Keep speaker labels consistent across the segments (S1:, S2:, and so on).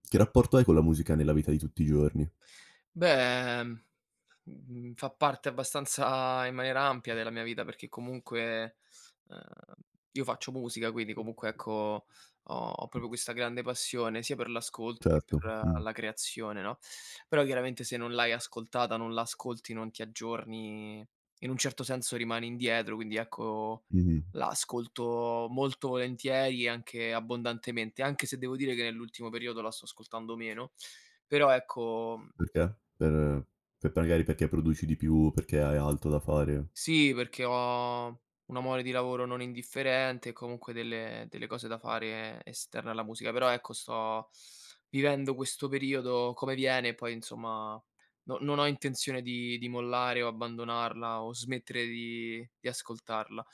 S1: Che rapporto hai con la musica nella vita di tutti i giorni?
S2: Beh, fa parte abbastanza in maniera ampia della mia vita perché comunque, ehm, io faccio musica, quindi comunque ecco ho proprio questa grande passione sia per l'ascolto che
S1: Certo,
S2: per la creazione, no, però chiaramente se non l'hai ascoltata, non l'ascolti, non ti aggiorni, in un certo senso rimani indietro, quindi ecco
S1: mh-mh.
S2: la ascolto molto volentieri e anche abbondantemente, anche se devo dire che nell'ultimo periodo la sto ascoltando meno, però ecco.
S1: Perché? Per magari perché produci di più, perché hai altro da fare?
S2: Sì, perché ho un amore di lavoro non indifferente e comunque delle cose da fare esterne alla musica, però ecco sto vivendo questo periodo come viene e poi insomma no, non ho intenzione di mollare o abbandonarla o smettere di ascoltarla.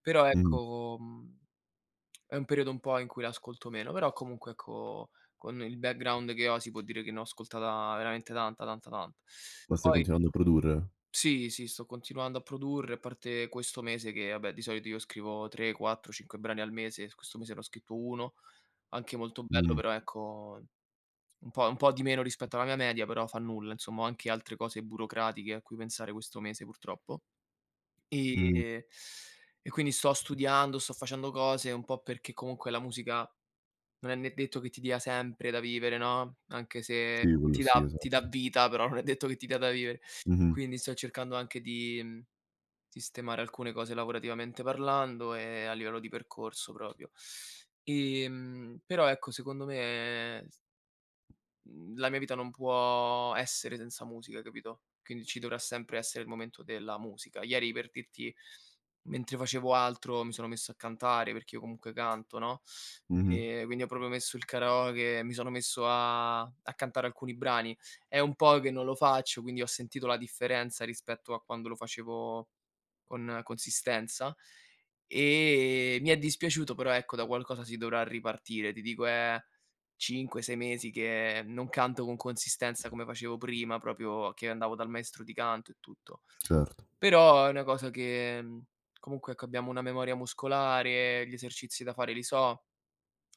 S2: Però
S1: Mh.
S2: ecco, è un periodo un po' in cui l'ascolto meno, però comunque ecco con il background che ho si può dire che ne ho ascoltata veramente tanta, tanta, tanta.
S1: Ma stai
S2: Poi
S1: continuando a produrre?
S2: sì, sì, sto continuando a produrre, a parte questo mese che vabbè, di solito io scrivo 3, 4, 5 brani al mese, questo mese ne ho scritto 1, anche molto bello,
S1: Mh,
S2: però ecco, un po' di meno rispetto alla mia media, però fa nulla, insomma, ho anche altre cose burocratiche a cui pensare questo mese purtroppo.
S1: mh.
S2: E quindi sto studiando, sto facendo cose, un po' perché comunque la musica non è ne detto che ti dia sempre da vivere, no, anche se
S1: Sì, quello sì,
S2: ti dà
S1: esatto.
S2: vita, però non è detto che ti dia da vivere.
S1: Mh-mh,
S2: Quindi sto cercando anche di, mhmm sistemare alcune cose lavorativamente parlando e a livello di percorso proprio. Però ecco, secondo me s mhmm, la mia vita non può essere senza musica, capito, quindi ci dovrà sempre essere il momento della musica. Ieri per dirti, mentre facevo altro mi sono messo a cantare, perché io comunque canto, no,
S1: mh-mh.
S2: quindi ho proprio messo il karaoke, mi sono messo a cantare alcuni brani. È un po' che non lo faccio, quindi ho sentito la differenza rispetto a quando lo facevo con consistenza. Mi è dispiaciuto, però ecco, da qualcosa si dovrà ripartire. Ti dico è 5, 6 mesi che non canto con consistenza come facevo prima, proprio che andavo dal maestro di canto e tutto.
S1: Certo.
S2: Però è una cosa che, comunque ecco abbiamo una memoria muscolare, gli esercizi da fare li so.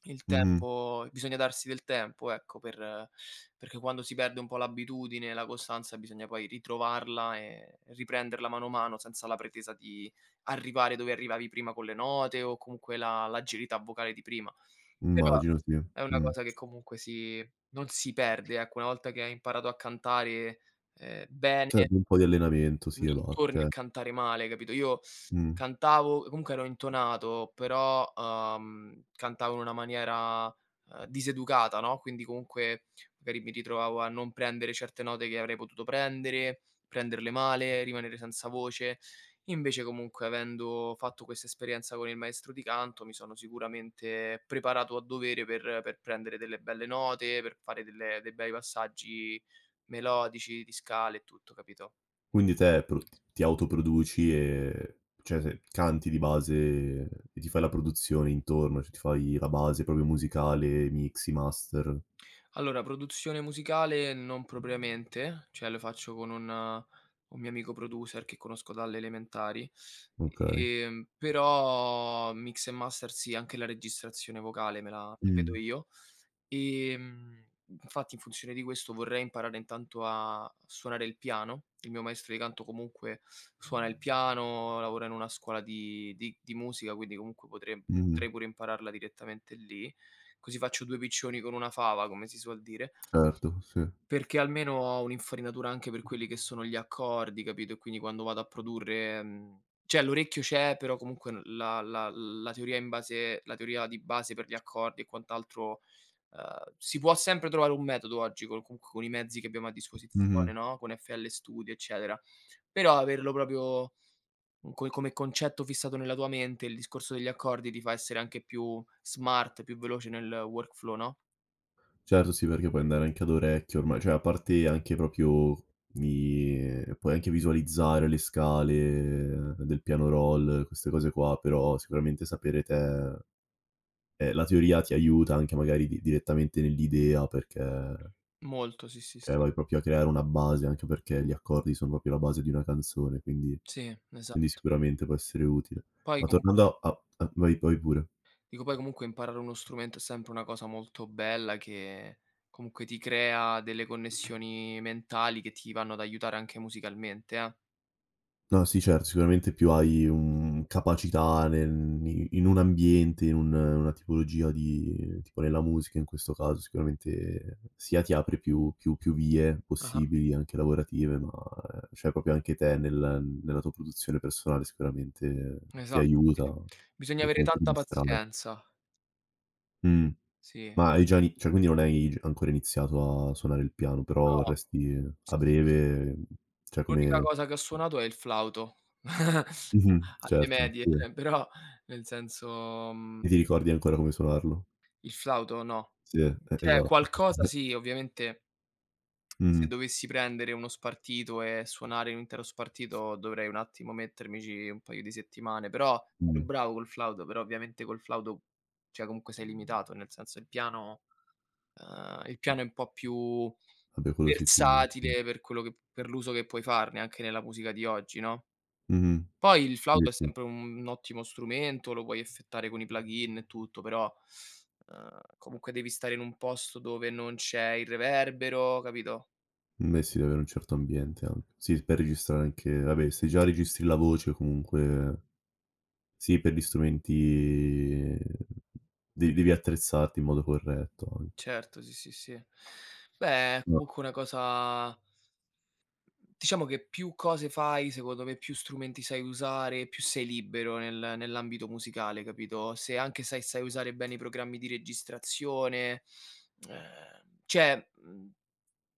S2: Il
S1: Mh-mh.
S2: tempo, bisogna darsi del tempo, ecco, perché quando si perde un po' l'abitudine, la costanza, bisogna poi ritrovarla e riprenderla mano a mano, senza la pretesa di arrivare dove arrivavi prima con le note o comunque la l'agilità vocale di prima. Però
S1: Immagino, sì.
S2: è una
S1: Mh.
S2: cosa che comunque si non si perde, ecco, una volta che hai imparato a cantare, bene,
S1: Serve un po' di allenamento, sì
S2: non
S1: e ba
S2: torni a
S1: cioè
S2: cantare male, capito? Io
S1: mh.
S2: cantavo comunque, ero intonato, però, cantavo in una maniera, diseducata, no, quindi comunque magari mi ritrovavo a non prendere certe note che avrei potuto prendere, prenderle male, rimanere senza voce. Invece comunque, avendo fatto questa esperienza con il maestro di canto, mi sono sicuramente preparato a dovere per prendere delle belle note, per fare delle dei bei passaggi melodici, di scale e tutto, capito?
S1: Quindi te pro ti autoproduci e cioè se canti di base e ti fai la produzione intorno, cioè ti fai la base proprio musicale, mixi, master.
S2: Allora, produzione musicale non propriamente, cioè lo faccio con un mio amico producer che conosco dalle elementari,
S1: Okay.
S2: però mix e master sì, anche la registrazione vocale me la vedo
S1: Mh.
S2: io. Ehm, Infatti, in funzione di questo, vorrei imparare intanto a suonare il piano. Il mio maestro di canto comunque suona il piano, lavora in una scuola di musica, quindi comunque
S1: Mh-mh.
S2: potrei pure impararla direttamente lì, così faccio 2 piccioni con una fava, come si suol dire,
S1: Certo, sì.
S2: perché almeno ho un'infarinatura anche per quelli che sono gli accordi, capito, e quindi quando vado a produrre, mhmm cioè l'orecchio c'è, però comunque n la teoria in base, la teoria di base per gli accordi e quant'altro, si può sempre trovare un metodo oggi con comunque con i mezzi che abbiamo a
S1: Mh-mh.
S2: disposizione, no, con FL Studio, eccetera. Però averlo proprio co come concetto fissato nella tua mente, il discorso degli accordi ti fa essere anche più smart, più veloce nel workflow, no?
S1: Certo, sì, perché puoi andare anche ad orecchio ormai, cioè a parte anche proprio i puoi anche visualizzare le scale del piano roll, queste cose qua, però sicuramente sapere te la teoria ti aiuta anche magari di direttamente nell'idea perché,
S2: Molto, sì, sì, sì.
S1: cioè vai proprio a creare una base, anche perché gli accordi sono proprio la base di una canzone, quindi
S2: Sì, esatto.
S1: sicuramente può essere utile.
S2: Poi
S1: Ma
S2: comu
S1: tornando a a vai, vai pure.
S2: Dico, poi comunque, imparare uno strumento è sempre una cosa molto bella, che comunque ti crea delle connessioni mentali che ti vanno ad aiutare anche musicalmente, eh.
S1: No, sì, certo, sicuramente più hai, un capacità nel ni in un ambiente, in un una tipologia di tipo nella musica in questo caso, sicuramente sia ti apre più vie
S2: Ah-ah.
S1: possibili, anche lavorative, ma cioè proprio anche te nella tua produzione personale sicuramente ti
S2: Esatto, sì.
S1: aiuta
S2: Bisogna
S1: e
S2: avere
S1: comunque ti
S2: tanta
S1: distrae.
S2: pazienza.
S1: Mh.
S2: Sì.
S1: Ma hai già ini cioè quindi non hai g ancora iniziato a suonare il piano, però
S2: No.
S1: vorresti
S2: Sì,
S1: a
S2: sì, sì.
S1: breve, cioè
S2: L'unica
S1: come
S2: cosa che ho suonato è il flauto
S1: mh-mh,
S2: alle
S1: certo,
S2: medie,
S1: sì.
S2: però nel senso,
S1: E ti ricordi ancora come suonarlo?
S2: il flauto no.
S1: Sì, e
S2: Cioè
S1: esatto.
S2: qualcosa sì, ovviamente.
S1: Mh-mh,
S2: Se dovessi prendere uno spartito e suonare un intero spartito, dovrei un attimo mettermici, un paio di settimane, però
S1: mh.
S2: ero bravo col flauto, però ovviamente col flauto, cioè comunque sei limitato, nel senso il piano, il piano è un po' più
S1: Vabbè quello sicuro, sì.
S2: versatile per quello che, per l'uso che puoi farne anche nella musica di oggi, no,
S1: Mh-mh.
S2: poi il
S1: Sì,
S2: flauto è
S1: sì.
S2: sempre un ottimo strumento, lo puoi effettare con i plugin e tutto, però, comunque devi stare in un posto dove non c'è il reverbero, capito?
S1: Beh sì, deve avere un certo ambiente anche. Sì, per registrare anche vabbè se già registri la voce comunque sì, per gli strumenti de devi attrezzarti in modo corretto anche.
S2: Certo, sì, sì, sì. Beh, è
S1: No.
S2: comunque una cosa, diciamo che più cose fai, secondo me, più strumenti sai usare, più sei libero nell'ambito musicale, capito? Se anche sai usare bene i programmi di registrazione, cioè, mhmm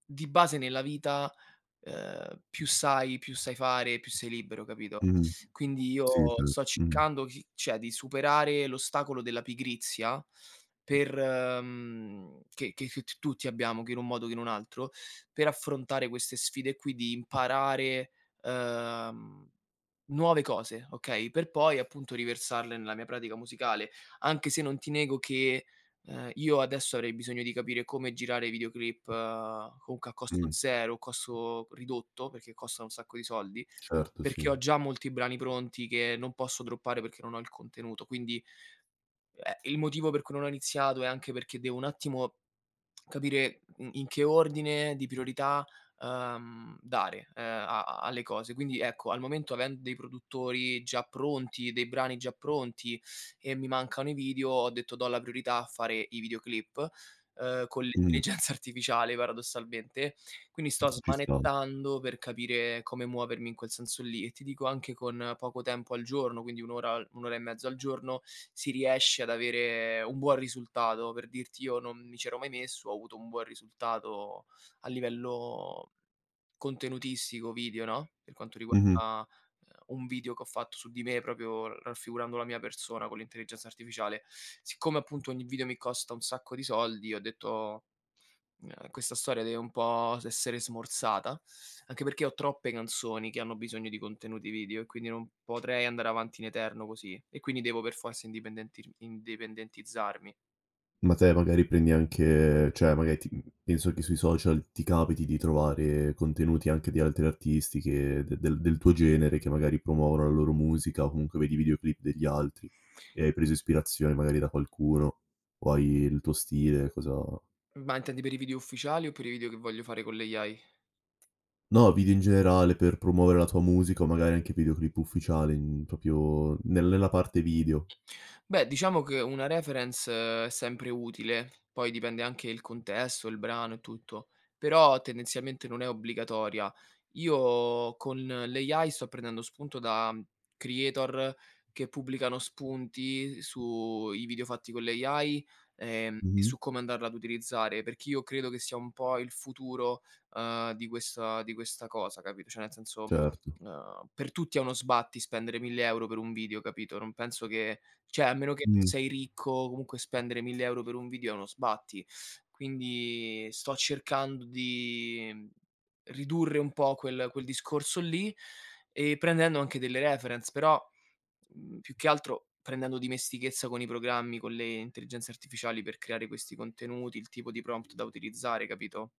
S2: di base nella vita, più sai fare, più sei libero, capito?
S1: Mh-mh.
S2: Quindi io
S1: Sì, certo.
S2: sto
S1: Mh.
S2: cercando chi cioè di superare l'ostacolo della pigrizia, che t tutti abbiamo, che in un modo che in un altro, per affrontare queste sfide qui di imparare, ehm, nuove cose, okay, per poi appunto riversarle nella mia pratica musicale. Anche se non ti nego che, io adesso avrei bisogno di capire come girare i videoclip, comunque a costo
S1: Mh.
S2: zero, costo ridotto, perché costano un sacco di soldi,
S1: Certo, sì.
S2: perché ho già molti brani pronti che non posso droppare perché non ho il contenuto. Quindi, il motivo per cui non ho iniziato è anche perché devo un attimo capire in che ordine di priorità, dare, a a alle cose. Quindi ecco, al momento, avendo dei produttori già pronti, dei brani già pronti, e mi mancano i video, ho detto: do la priorità a fare i videoclip, con
S1: Mh.
S2: l'intelligenza artificiale, paradossalmente, quindi sto
S1: Ci sta.
S2: smanettando per capire come muovermi in quel senso lì, e ti dico anche con poco tempo al giorno, quindi 1 ora, 1 ora e mezzo al giorno, si riesce ad avere un buon risultato. Per dirti, io non mi c'ero mai messo, ho avuto un buon risultato a livello contenutistico, video, no, per quanto
S1: Mh-mh.
S2: riguarda, un video che ho fatto su di me, proprio raffigurando la mia persona con l'intelligenza artificiale. Siccome appunto ogni video mi costa un sacco di soldi, ho detto, questa storia deve un po' s essere smorzata, anche perché ho troppe canzoni che hanno bisogno di contenuti video e quindi non potrei andare avanti in eterno così e quindi devo per forza indipendentir indipendentizzarmi.
S1: Ma te magari prendi anche cioè magari ti penso che sui social ti capiti di trovare contenuti anche di altri artisti che de del del tuo genere, che magari promuovono la loro musica o comunque vedi i videoclip degli altri e hai preso ispirazione magari da qualcuno o hai il tuo stile, cosa.
S2: Ma intendi per i video ufficiali o per i video che voglio fare con l'AI?
S1: No, video in generale per promuovere la tua musica o magari anche videoclip ufficiali, proprio nella parte video.
S2: Beh, diciamo che una reference è sempre utile, poi dipende anche il contesto, il brano e tutto, però tendenzialmente non è obbligatoria. Io con l'AI sto prendendo spunto da creator che pubblicano spunti sui video fatti con l'AI, e
S1: Mh-mh.
S2: su come andarla ad utilizzare, perché io credo che sia un po' il futuro, di questa cosa, capito, cioè nel senso,
S1: Certo.
S2: per tutti è uno sbatti spendere 1000 € per un video, capito, non penso che, cioè, a meno che non
S1: Mh.
S2: sei ricco, comunque spendere 1000 € per un video è uno sbatti. Quindi sto cercando di, ridurre un po' quel discorso lì e prendendo anche delle reference, però, più che altro prendendo dimestichezza con i programmi, con le intelligenze artificiali per creare questi contenuti, il tipo di prompt da utilizzare, capito?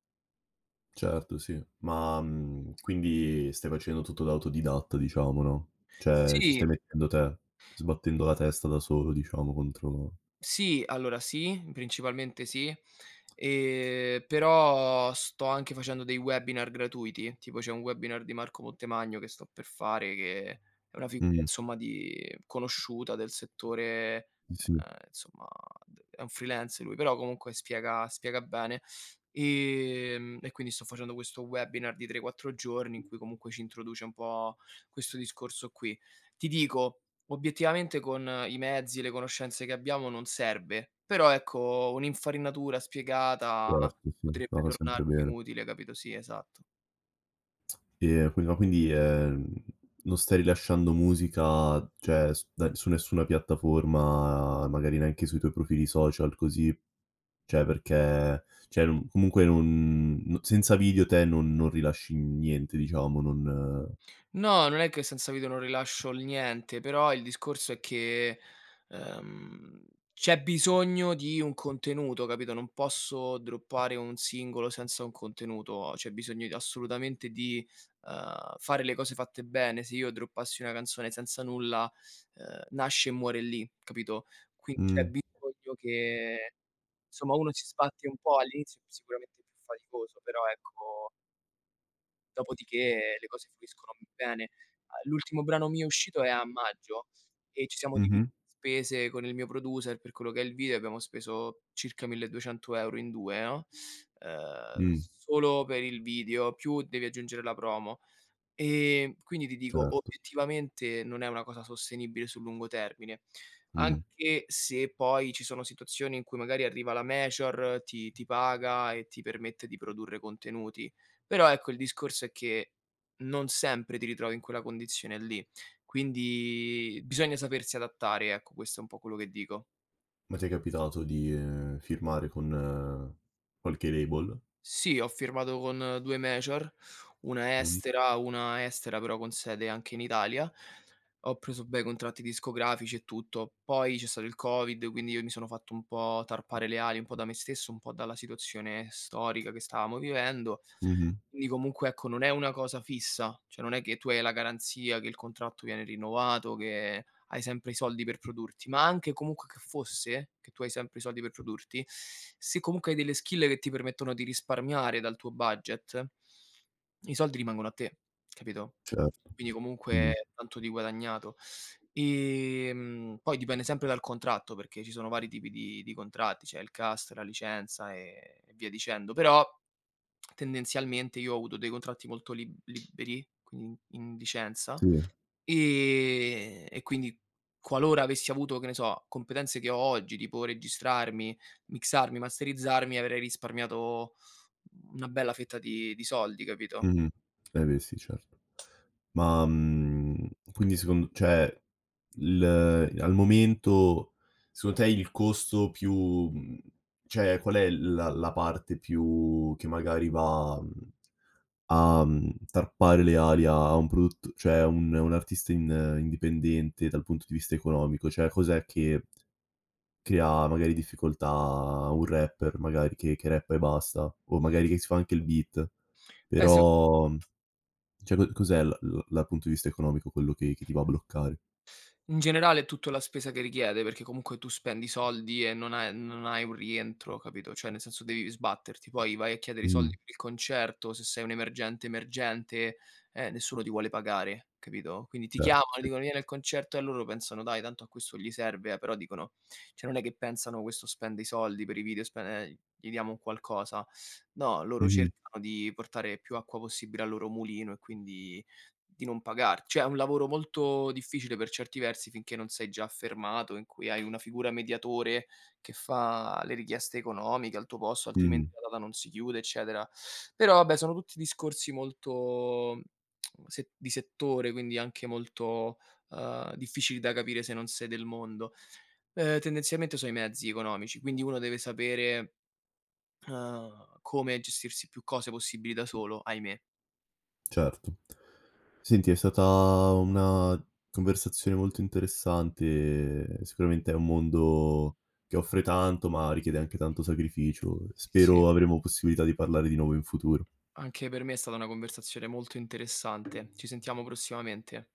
S1: Certo, sì. Ma, quindi stai facendo tutto da autodidatta diciamo, no, cioè ci
S2: Sì,
S1: stai mettendo te, sbattendo la testa da solo diciamo contro
S2: sì, allora sì, principalmente sì, però sto anche facendo dei webinar gratuiti, tipo c'è un webinar di Marco Montemagno che sto per fare, che è una figura,
S1: mh,
S2: insomma, di conosciuta del settore,
S1: sì,
S2: insomma, d è un freelance lui, però comunque spiega bene. E quindi sto facendo questo webinar di 3, 4 giorni in cui comunque ci introduce un po' questo discorso qui. Ti dico, obiettivamente, con i mezzi e le conoscenze che abbiamo non serve, però ecco un'infarinatura spiegata
S1: certo, sì,
S2: potrebbe
S1: no, fa sempre
S2: tornarmi
S1: bene.
S2: utile, capito? Sì, esatto.
S1: E qui ma quindi, non stai rilasciando musica, cioè s da su nessuna piattaforma, magari neanche sui tuoi profili social così, cioè perché cioè non comunque non no senza video te non rilasci niente diciamo, non
S2: No, non è che senza video non rilascio il niente, però il discorso è che, ehm, c'è bisogno di un contenuto, capito, non posso droppare un singolo senza un contenuto, c'è bisogno di, assolutamente di, fare le cose fatte bene. Se io droppassi una canzone senza nulla, nasce e muore lì, capito, quindi c'è
S1: mh,
S2: bisogno che, insomma, uno si sbatti un po', all'inizio è sicuramente più faticoso, però ecco, dopodiché le cose fluiscono bene. L'ultimo brano mio uscito è a maggio e ci siamo divi
S1: mh-mh,
S2: spese con il mio producer per quello che è il video, abbiamo speso circa 1.200 € in 2, no,
S1: mh.
S2: solo per il video, più devi aggiungere la promo. Quindi ti dico,
S1: Certo,
S2: obiettivamente non è una cosa sostenibile sul lungo termine,
S1: mh.
S2: anche se poi ci sono situazioni in cui magari arriva la major, ti paga e ti permette di produrre contenuti. Però ecco, il discorso è che non sempre ti ritrovi in quella condizione lì, quindi bisogna sapersi adattare, ecco, questo è un po' quello che dico.
S1: Ma ti è capitato di, firmare con qualche label?
S2: Sì, ho firmato con 2 major, una
S1: Mh,
S2: estera, una estera però con sede anche in Italia. Ho preso bei contratti discografici e tutto. Poi c'è stato il Covid, quindi io mi sono fatto un po' tarpare le ali, un po' da me stesso, un po' dalla situazione storica che stavamo vivendo.
S1: mh-mh,
S2: Quindi comunque, ecco, non è una cosa fissa, cioè non è che tu hai la garanzia che il contratto viene rinnovato, che hai sempre i soldi per produrti, ma anche comunque che fosse, che tu hai sempre i soldi per produrti, se comunque hai delle skill che ti permettono di risparmiare dal tuo budget, i soldi rimangono a te, capito?
S1: certo,
S2: Quindi
S1: mh,
S2: comunque tanto di guadagnato. Poi dipende sempre dal contratto, perché ci sono vari tipi di contratti, c'è il cast, la licenza e via dicendo, però tendenzialmente io ho avuto dei contratti molto liberi, quindi in licenza.
S1: sì,
S2: E quindi qualora avessi avuto, che ne so, competenze che ho oggi, tipo registrarmi, mixarmi, masterizzarmi, avrei risparmiato una bella fetta di soldi, capito?
S1: mh-mh. Eh beh sì, certo. Ma, quindi secon cioè il al momento secondo te il costo più mhmm, cioè qual è la parte più che magari va, mhmm a, tarpare le ali a un produtt cioè a un artista in indipendente dal punto di vista economico? Cioè cos'è che crea magari difficoltà a un rapper magari che rappa e basta, o magari che si fa anche il beat,
S2: Beh,
S1: però cioè co cos'è l l dal punto di vista economico quello che ti va a bloccare?
S2: in generale è tutta la spesa che richiede, perché comunque tu spendi soldi e non hai un rientro, capito, cioè nel senso devi sbatterti, poi vai a chiedere i
S1: Mh-mh,
S2: soldi per il concerto, se sei un emergente, emergente, nessuno ti vuole pagare, capito, quindi ti
S1: certo,
S2: chiamano,
S1: sì.
S2: dicono: "Vieni al concerto" e loro pensano: "Dai tanto a questo gli serve", però dicono, cioè non è che pensano: "Questo spende i soldi per i video, spen gli diamo un qualcosa". No, loro
S1: Mh-mh,
S2: cercano di portare più acqua possibile al loro mulino e quindi di non pagar cioè è un lavoro molto difficile per certi versi finché non sei già affermato, in cui hai una figura mediatore che fa le richieste economiche al tuo posto, altrimenti
S1: mh-mh.
S2: la data non si chiude, eccetera. Però vabbè, sono tutti discorsi molto se di settore, quindi anche molto, difficili da capire se non sei del mondo. Tendenzialmente sono i mezzi economici, quindi uno deve sapere, come gestirsi più cose possibili da solo, ahimè.
S1: Certo. Senti, è stata una conversazione molto interessante, sicuramente è un mondo che offre tanto, ma richiede anche tanto sacrificio.
S2: Sì,
S1: Spero
S2: sì.
S1: avremo possibilità di parlare di nuovo in futuro.
S2: Anche per me è stata una conversazione molto interessante. Ci sentiamo prossimamente.